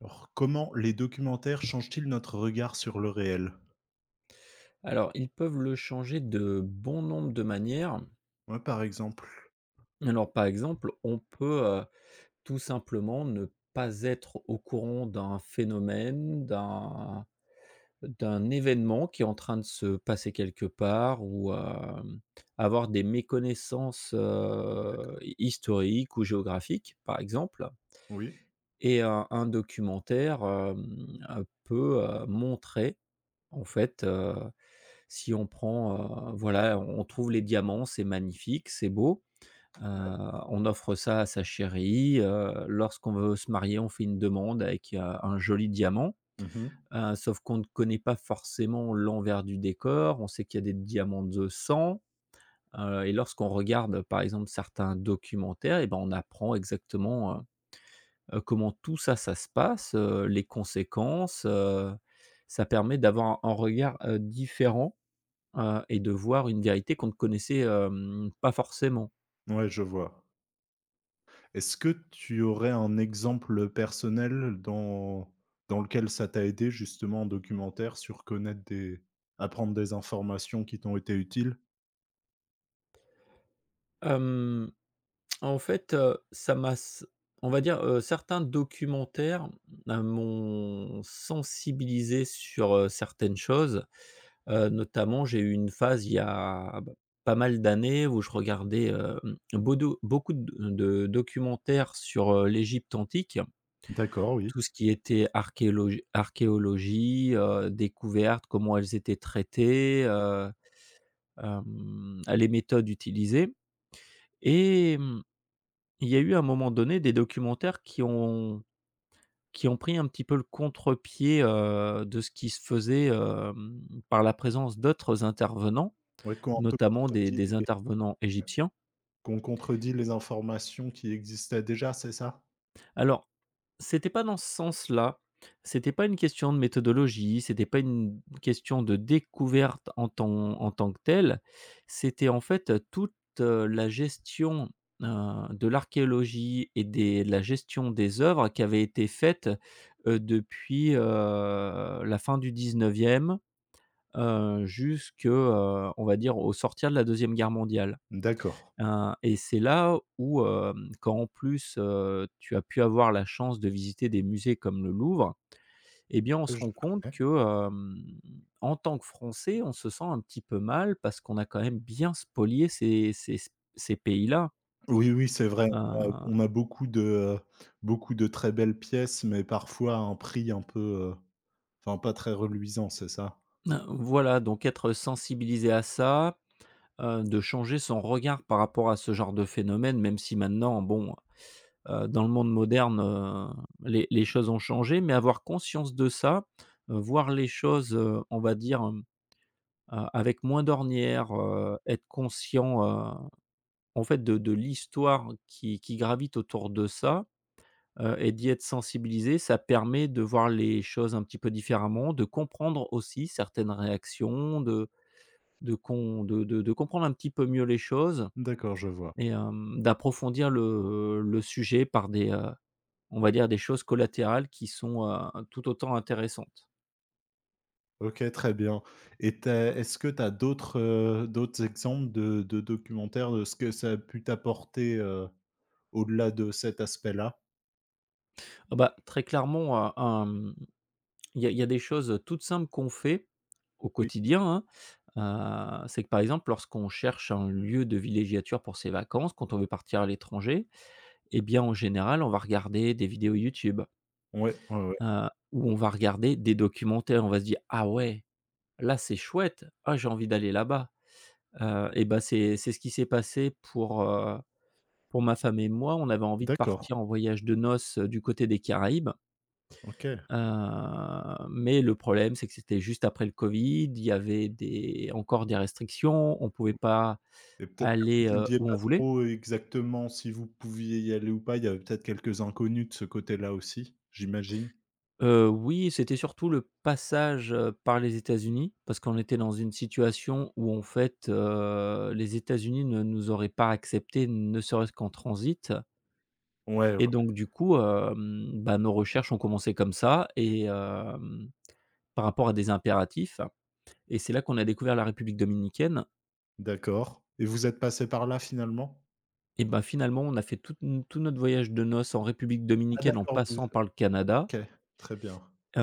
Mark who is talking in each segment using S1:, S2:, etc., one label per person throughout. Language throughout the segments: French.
S1: Alors, comment les documentaires changent-ils notre regard sur le réel?
S2: Alors, ils peuvent le changer de bon nombre de manières.
S1: Moi, par exemple.
S2: Alors, par exemple, on peut tout simplement ne pas être au courant d'un phénomène, d'un événement qui est en train de se passer quelque part ou avoir des méconnaissances historiques ou géographiques, par exemple.
S1: Oui.
S2: Et un documentaire peut montrer. En fait, si on prend, voilà, on trouve les diamants, c'est magnifique, c'est beau. Heu, on offre ça à sa chérie, lorsqu'on veut se marier, on fait une demande avec, un joli diamant.
S1: Mmh.
S2: Sauf qu'on ne connaît pas forcément l'envers du décor. On sait qu'il y a des diamants de sang, et lorsqu'on regarde, par exemple, certains documentaires et ben, on apprend exactement, comment tout ça, ça se passe, les conséquences. Ça permet d'avoir un regard, différent, et de voir une vérité qu'on ne connaissait, pas forcément.
S1: Ouais, je vois. Est-ce que tu aurais un exemple personnel dans lequel ça t'a aidé justement en documentaire sur connaître des apprendre des informations qui t'ont été utiles?
S2: Hem, en fait, ça m'a s on va dire, certains documentaires, m'ont sensibilisé sur, certaines choses. Notamment, j'ai eu une phase il y a, bah, pas mal d'années où je regardais, beaudou beaucoup de documentaires sur, l'Égypte antique.
S1: D'accord, oui.
S2: Tout ce qui était archéologie archéologie, découvertes, comment elles étaient traitées, à les méthodes utilisées et il y a eu à un moment donné des documentaires qui ont pris un petit peu le contre-pied, de ce qui se faisait, par la présence d'autres intervenants,
S1: Ouais,
S2: notamment des des intervenants égyptiens.
S1: qu'on contredit les informations qui existaient déjà, c'est ça?
S2: Alors, c'était pas dans ce sens-là. C'était pas une question de méthodologie, c'était pas une question de découverte en tant que telle. C'était en fait, toute, la gestion, de l'archéologie et des de la gestion des œuvres qui avait été faite, depuis, la fin du 19e, jusque, on va dire, au sortir de la deuxième guerre mondiale.
S1: D'accord.
S2: Et c'est là où, quand en plus, tu as pu avoir la chance de visiter des musées comme le Louvre. Eh bien, on se
S1: Je
S2: rend compte
S1: connais.
S2: que, en tant que Français, on se sent un petit peu mal parce qu'on a quand même bien spolié ces pays-là.
S1: Oui, oui, c'est vrai. On a
S2: Heu,
S1: on a beaucoup de très belles pièces, mais parfois à un prix un peu, enfin pas très reluisant, c'est ça?
S2: voilà, donc être sensibilisé à ça, de changer son regard par rapport à ce genre de phénomène, même si maintenant, bon, dans le monde moderne, les choses ont changé, mais avoir conscience de ça, voir les choses, on va dire, avec moins d'ornières, être conscient, en fait de l'histoire qui gravite autour de ça, et d'y être sensibilisé, ça permet de voir les choses un petit peu différemment, de comprendre aussi certaines réactions, de con de comprendre un petit peu mieux les choses
S1: D'accord, je vois.
S2: et d'approfondir le sujet par des, on va dire des choses collatérales qui sont, tout autant intéressantes.
S1: OK, très bien et tu est-ce que tu as d'autres, d'autres exemples de documentaires, de ce que ça a pu t'apporter, au-delà de cet aspect-là?
S2: Ah bah, très clairement, il y a des choses toutes simples qu'on fait au
S1: Oui.
S2: quotidien, hein. C'est que, par exemple, lorsqu'on cherche un lieu de villégiature pour ses vacances, quand on veut partir à l'étranger, eh bien, en général, on va regarder des vidéos YouTube.
S1: Ouais, ouais, ouais.
S2: Où on va regarder des documentaires, on va se dire: «Ah ouais, là c'est chouette, ah j'ai envie d'aller là-bas». Et bah, c'est ce qui s'est passé pour ma femme et moi. On avait envie de
S1: D'accord.
S2: partir en voyage de noces, du côté des Caraïbes,
S1: OK.
S2: mais le problème c'est que c'était juste après le covid, il y avait des encore des restrictions, on pouvait pas
S1: Et peut-être que
S2: aller,
S1: vous ne saviez
S2: où on
S1: pas
S2: voulait.
S1: trop exactement si vous pouviez y aller ou pas, il y avait peut-être quelques inconnus de ce côté-là aussi, j'imagine?
S2: Oui, c'était surtout le passage, par les États-Unis, parce qu'on était dans une situation où en fait, les États-Unis ne nous auraient pas acceptés, ne serait-ce qu'en transit
S1: Ouais, ouais.
S2: et donc du coup, bah, nos recherches ont commencé comme ça et par rapport à des impératifs et c'est là qu'on a découvert la République dominicaine
S1: D'accord, et vous êtes passé par là finalement?
S2: et bah, finalement, on a fait tout notre voyage de noces en République
S1: Ah
S2: dominicaine en
S1: d'accord, vous
S2: passant par le Canada,
S1: OK, très bien.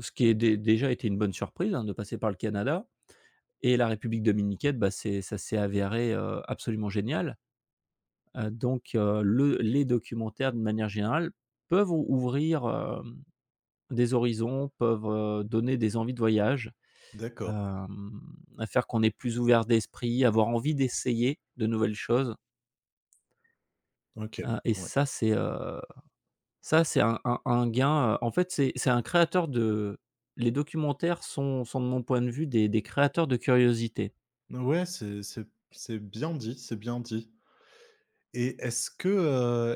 S2: ce qui est dé déjà été une bonne surprise, hein, de passer par le Canada. Et la République dominicaine, bah, c'est ça s'est avéré, absolument génial. Donc le les documentaires, de manière générale, peuvent ou ouvrir, des horizons, peuvent, donner des envies de voyage,
S1: D'accord,
S2: hem, à faire qu'on est plus ouvert d'esprit, avoir envie d'essayer de nouvelles choses,
S1: OK,
S2: et
S1: ouais.
S2: ça, c'est un gain, en fait, c'est un créateur de. Les documentaires sont de mon point de vue des créateurs de curiosité.
S1: Ouais, c'est bien dit, c'est bien dit. Et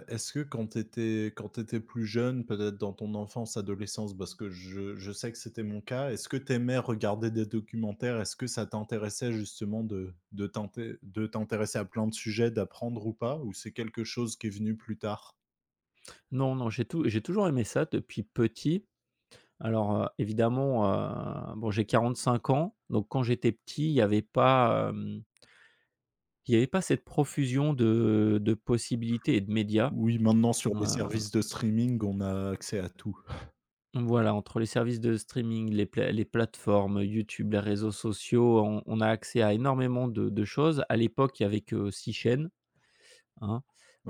S1: est-ce que quand tu étais plus jeune, peut-être dans ton enfance, adolescence, parce que je sais que c'était mon cas, est-ce que tu aimais regarder des documentaires? Est-ce que ça t'intéressait justement de t'inté de t'intéresser à plein de sujets, d'apprendre ou pas? Ou c'est quelque chose qui est venu plus tard?
S2: Non, non, j'ai toujours aimé ça depuis petit. Alors, évidemment, bon, j'ai 45 ans, donc quand j'étais petit, il n'y avait pas, il y avait pas cette profusion de possibilités et de médias.
S1: Oui, maintenant sur
S2: Heu,
S1: les services de streaming, on a accès à tout.
S2: voilà, entre les services de streaming, les plateformes, YouTube, les réseaux sociaux, on a accès à énormément de choses. À l'époque, il y avait que 6 chaînes, hein.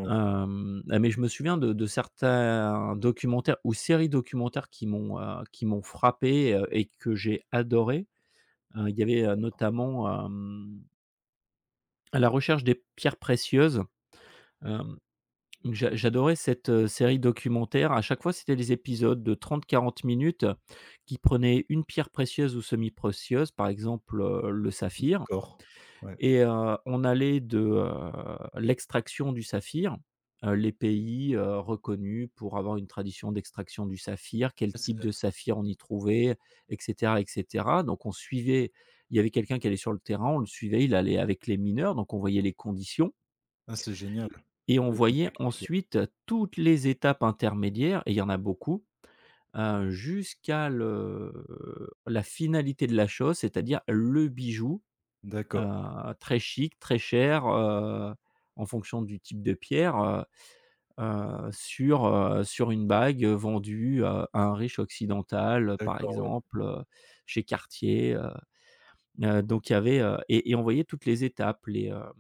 S2: Ah, mais je me souviens de certains documentaires ou séries documentaires qui m'ont frappé, et que j'ai adoré. Il y avait, notamment, euh, à la recherche des pierres précieuses. Hem, donc j'adorais cette, série documentaire. À chaque fois, c'était des épisodes de 30-40 minutes qui prenaient une pierre précieuse ou semi-précieuse, par exemple, le saphir
S1: Encore. Ouais.
S2: et on allait de, l'extraction du saphir, les pays, reconnus pour avoir une tradition d'extraction du saphir, quel
S1: Ah c'est
S2: type de saphir on y trouvait et cetera et cetera. Donc on suivait. Il y avait quelqu'un qui allait sur le terrain, on le suivait, il allait avec les mineurs, donc on voyait les conditions
S1: ah c'est génial.
S2: et on voyait ensuite toutes les étapes intermédiaires et il y en a beaucoup, jusqu'à le la finalité de la chose, c'est-à-dire le bijou,
S1: D'accord,
S2: très chic, très cher, en fonction du type de pierre, sur une bague, vendue, à un riche occidental, par
S1: d'accord, ouais.
S2: exemple, chez Cartier, donc il y avait, et on voyait toutes les étapes, les,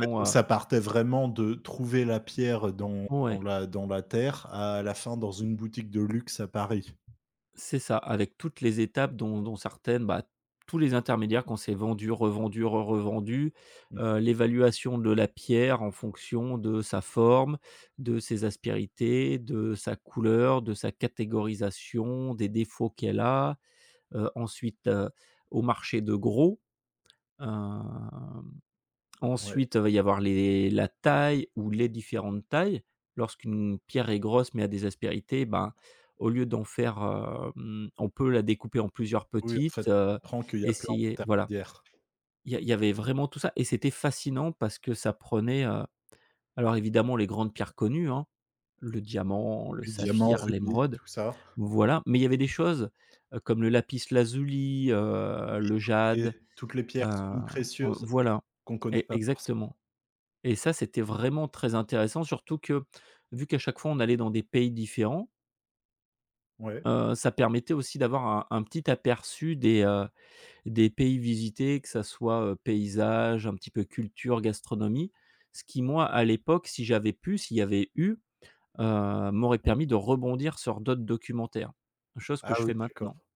S1: Ouais, donc ça partait vraiment de trouver la pierre dans dans
S2: ouais.
S1: la dans la terre, à la fin dans une boutique de luxe à Paris.
S2: C'est ça, avec toutes les étapes dont certaines, bah, tous les intermédiaires qu'on s'est vendu, revendu, re-revendus,
S1: Mmh,
S2: l'évaluation de la pierre en fonction de sa forme, de ses aspérités, de sa couleur, de sa catégorisation, des défauts qu'elle a, ensuite, au marché de gros. heu
S1: ouais,
S2: Ensuite, va y avoir les la taille ou les différentes tailles. Lorsqu'une pierre est grosse mais a des aspérités, ben, au lieu d'en faire, on peut la découper en plusieurs
S1: oui, en fait,
S2: petites,
S1: on apprend qu'il y a plein
S2: essayer voilà.
S1: d'intermédiaires.
S2: Il y avait vraiment tout ça et c'était fascinant parce que ça prenait, alors évidemment les grandes pierres connues, hein, le diamant, le
S1: Oui, diamants,
S2: saphir,
S1: rubis,
S2: l'émeraude,
S1: tout ça,
S2: voilà. Mais il y avait des choses, comme le lapis-lazuli, le
S1: et
S2: jade,
S1: toutes les pierres
S2: heu,
S1: semi-précieuses
S2: voilà.
S1: qu'on connaît
S2: E
S1: pas forcément.
S2: Exactement. Et ça, c'était vraiment très intéressant, surtout que, vu qu'à chaque fois on allait dans des pays différents,
S1: Ouais,
S2: ça permettait aussi d'avoir un petit aperçu des pays visités, que ça soit, paysage, un petit peu culture, gastronomie. Ce qui moi, à l'époque, si j'avais pu, s'il y avait eu, m'aurait
S1: ouais.
S2: permis de rebondir sur d'autres documentaires. Chose
S1: Ah
S2: que je
S1: oui,
S2: fais maintenant.
S1: d'accord.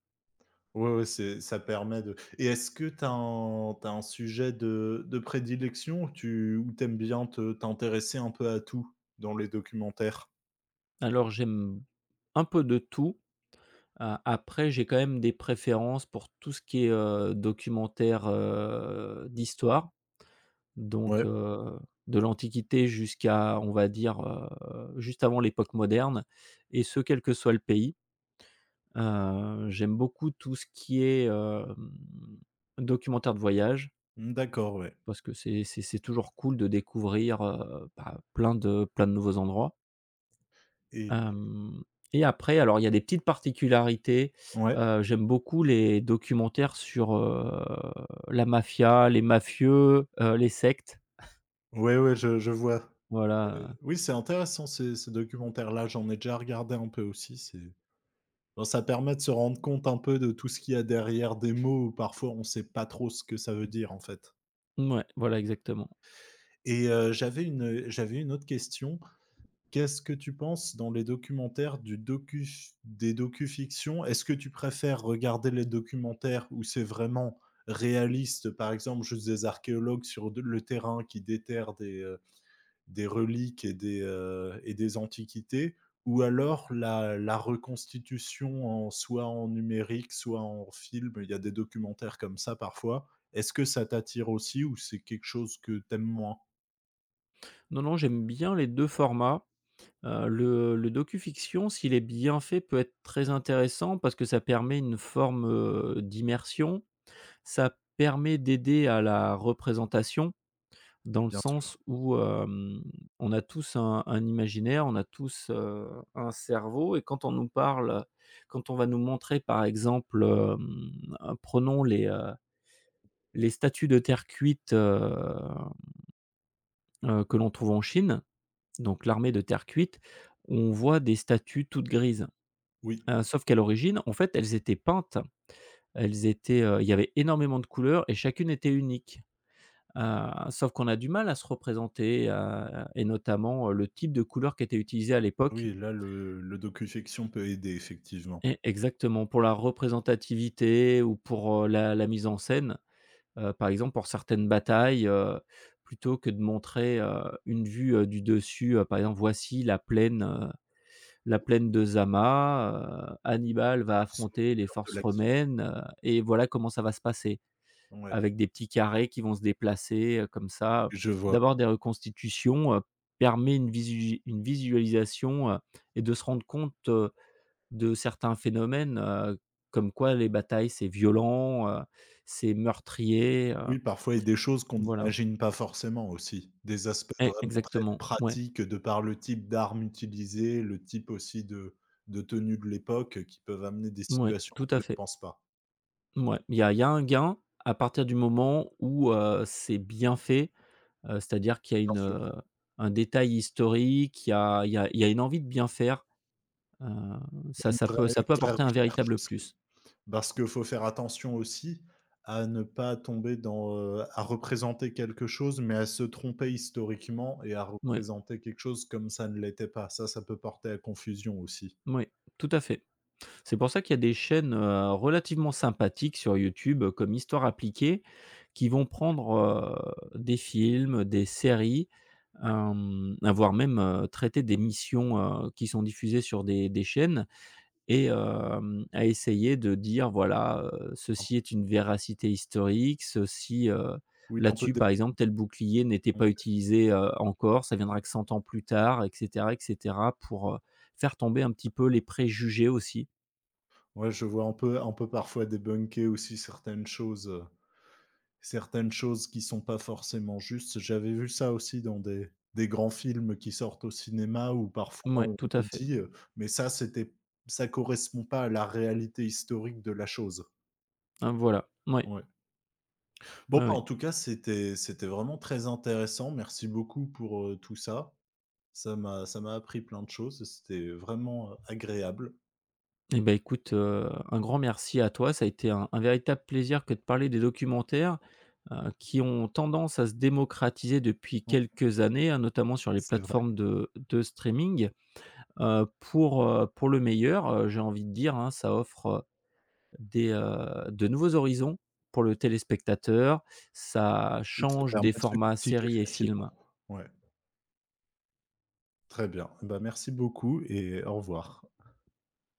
S1: Ouais, ouais, c'est ça permet de est-ce que tu as un t'as un sujet de prédilection ou t'aimes bien te t'intéresser un peu à tout dans les documentaires?
S2: Alors j'aime un peu de tout. A Après, j'ai quand même des préférences pour tout ce qui est, documentaire, d'histoire. Donc,
S1: Ouais.
S2: de l'Antiquité jusqu'à, on va dire, juste avant l'époque moderne et ce quel que soit le pays. J'aime beaucoup tout ce qui est, documentaire de voyage
S1: Mmh, d'accord, ouais
S2: parce que c'est toujours cool de découvrir, bah, plein de nouveaux endroits.
S1: et
S2: Hem et après, alors il y a des petites particularités.
S1: ouais.
S2: J'aime beaucoup les documentaires sur, la mafia, les mafieux, les sectes.
S1: Ouais, ouais, je vois.
S2: Voilà,
S1: Oui, c'est intéressant ces documentaires-là, j'en ai déjà regardé un peu aussi, c'est ben, ça permet de se rendre compte un peu de tout ce qu'il y a derrière des mots où parfois on ne sait pas trop ce que ça veut dire, en fait.
S2: ouais, voilà, exactement.
S1: Et j'avais une autre question. Qu'est-ce que tu penses dans les documentaires du docu des docufictions? Est-ce que tu préfères regarder les documentaires où c'est vraiment réaliste, par exemple, juste des archéologues sur de le terrain qui déterrent des reliques et des antiquités, ou alors la reconstitution en soit en numérique, soit en film. Il y a des documentaires comme ça parfois. Est-ce que ça t'attire aussi ou c'est quelque chose que t'aimes moins?
S2: Non, non, j'aime bien les 2 formats. Le docufiction, s'il est bien fait, peut être très intéressant parce que ça permet une forme, d'immersion. Ça permet d'aider à la représentation, dans le
S1: Bien sûr.
S2: sens où, on a tous un imaginaire, on a tous, un cerveau et quand on va nous montrer, par exemple, prenons les statues de terre cuite, que l'on trouve en Chine. Donc l'armée de terre cuite, on voit des statues toutes grises.
S1: Oui,
S2: Sauf qu'à l'origine, en fait, elles étaient peintes. Elles étaient, il y avait énormément de couleurs et chacune était unique. Sauf qu'on a du mal à se représenter, et notamment, le type de couleur qui était utilisé à l'époque
S1: oui, là le docufiction peut aider effectivement.
S2: et exactement, pour la représentativité ou pour, la mise en scène. Par exemple, pour certaines batailles, plutôt que de montrer, une vue, du dessus, par exemple, voici la plaine de Zama, Hannibal va affronter les
S1: Sortir de
S2: forces
S1: l'action.
S2: romaines, et voilà comment ça va se passer.
S1: Ouais,
S2: Avec des petits carrés qui vont se déplacer, comme ça.
S1: je vois.
S2: D'avoir des reconstitutions, permet une visualisation, et de se rendre compte, de certains phénomènes, comme quoi les batailles c'est violent, c'est meurtrier,
S1: Oui, parfois, il y a des choses qu'on
S2: voilà.
S1: n'imagine pas forcément aussi. Des aspects
S2: E
S1: vraiment très
S2: Exactement, ouais.
S1: pratiques de par le type d'arme utilisée, le type aussi de tenue de l'époque, qui peuvent amener des
S2: Ouais,
S1: situations
S2: tout à
S1: auxquelles on ne
S2: fait.
S1: pense pas.
S2: Ouais, il y a un gain à partir du moment où, c'est bien fait. C'est-à-dire qu'il y a
S1: Bien
S2: une,
S1: sûr,
S2: un détail historique, il y a il y a il y a une envie de bien faire, heu, ça ça peut ça
S1: une
S2: peut
S1: vraie
S2: apporter un
S1: recherche
S2: véritable
S1: aussi.
S2: plus.
S1: Parce qu'il faut faire attention aussi à ne pas tomber dans, à représenter quelque chose, mais à se tromper historiquement et à
S2: Oui,
S1: représenter quelque chose comme ça ne l'était pas. Ça peut porter à confusion aussi.
S2: oui, tout à fait. C'est pour ça qu'il y a des chaînes, relativement sympathiques sur YouTube, comme Histoire appliquée, qui vont prendre, des films, des séries, voire même, traiter des missions, qui sont diffusées sur des chaînes et à essayer de dire voilà, ceci est une véracité historique, ceci,
S1: Oui, on peut
S2: là-dessus par exemple tel bouclier n'était pas utilisé, encore, ça viendra que 100 ans plus tard et cetera pour, faire tomber un petit peu les préjugés aussi.
S1: ouais, je vois un peu parfois débunker aussi certaines choses qui sont pas forcément justes. J'avais vu ça aussi dans des grands films qui sortent au cinéma où parfois
S2: Oui,
S1: on
S2: tout à
S1: nous
S2: fait.
S1: dit, «Mais ça, c'était ça correspond pas à la réalité historique de la chose».
S2: Hein, voilà. Oui,
S1: Ouais. Bon,
S2: oui.
S1: bah, en
S2: Ouais.
S1: tout cas, c'était vraiment très intéressant. Merci beaucoup pour, tout ça. Ça m'a appris plein de choses et c'était vraiment, agréable.
S2: Et ben, écoute, un grand merci à toi, ça a été un véritable plaisir que de parler des documentaires, qui ont tendance à se démocratiser depuis
S1: Ouais,
S2: quelques années, hein, notamment sur les
S1: c'est vrai.
S2: plateformes de streaming. Pour le meilleur, j'ai envie de dire, hein, ça offre, de nouveaux horizons pour le téléspectateur. Ça
S1: Oui, ça
S2: change
S1: permet
S2: des
S1: de se
S2: formats
S1: cultiver
S2: séries et films
S1: facilement. Ouais. Très bien. Bah, merci beaucoup et au revoir.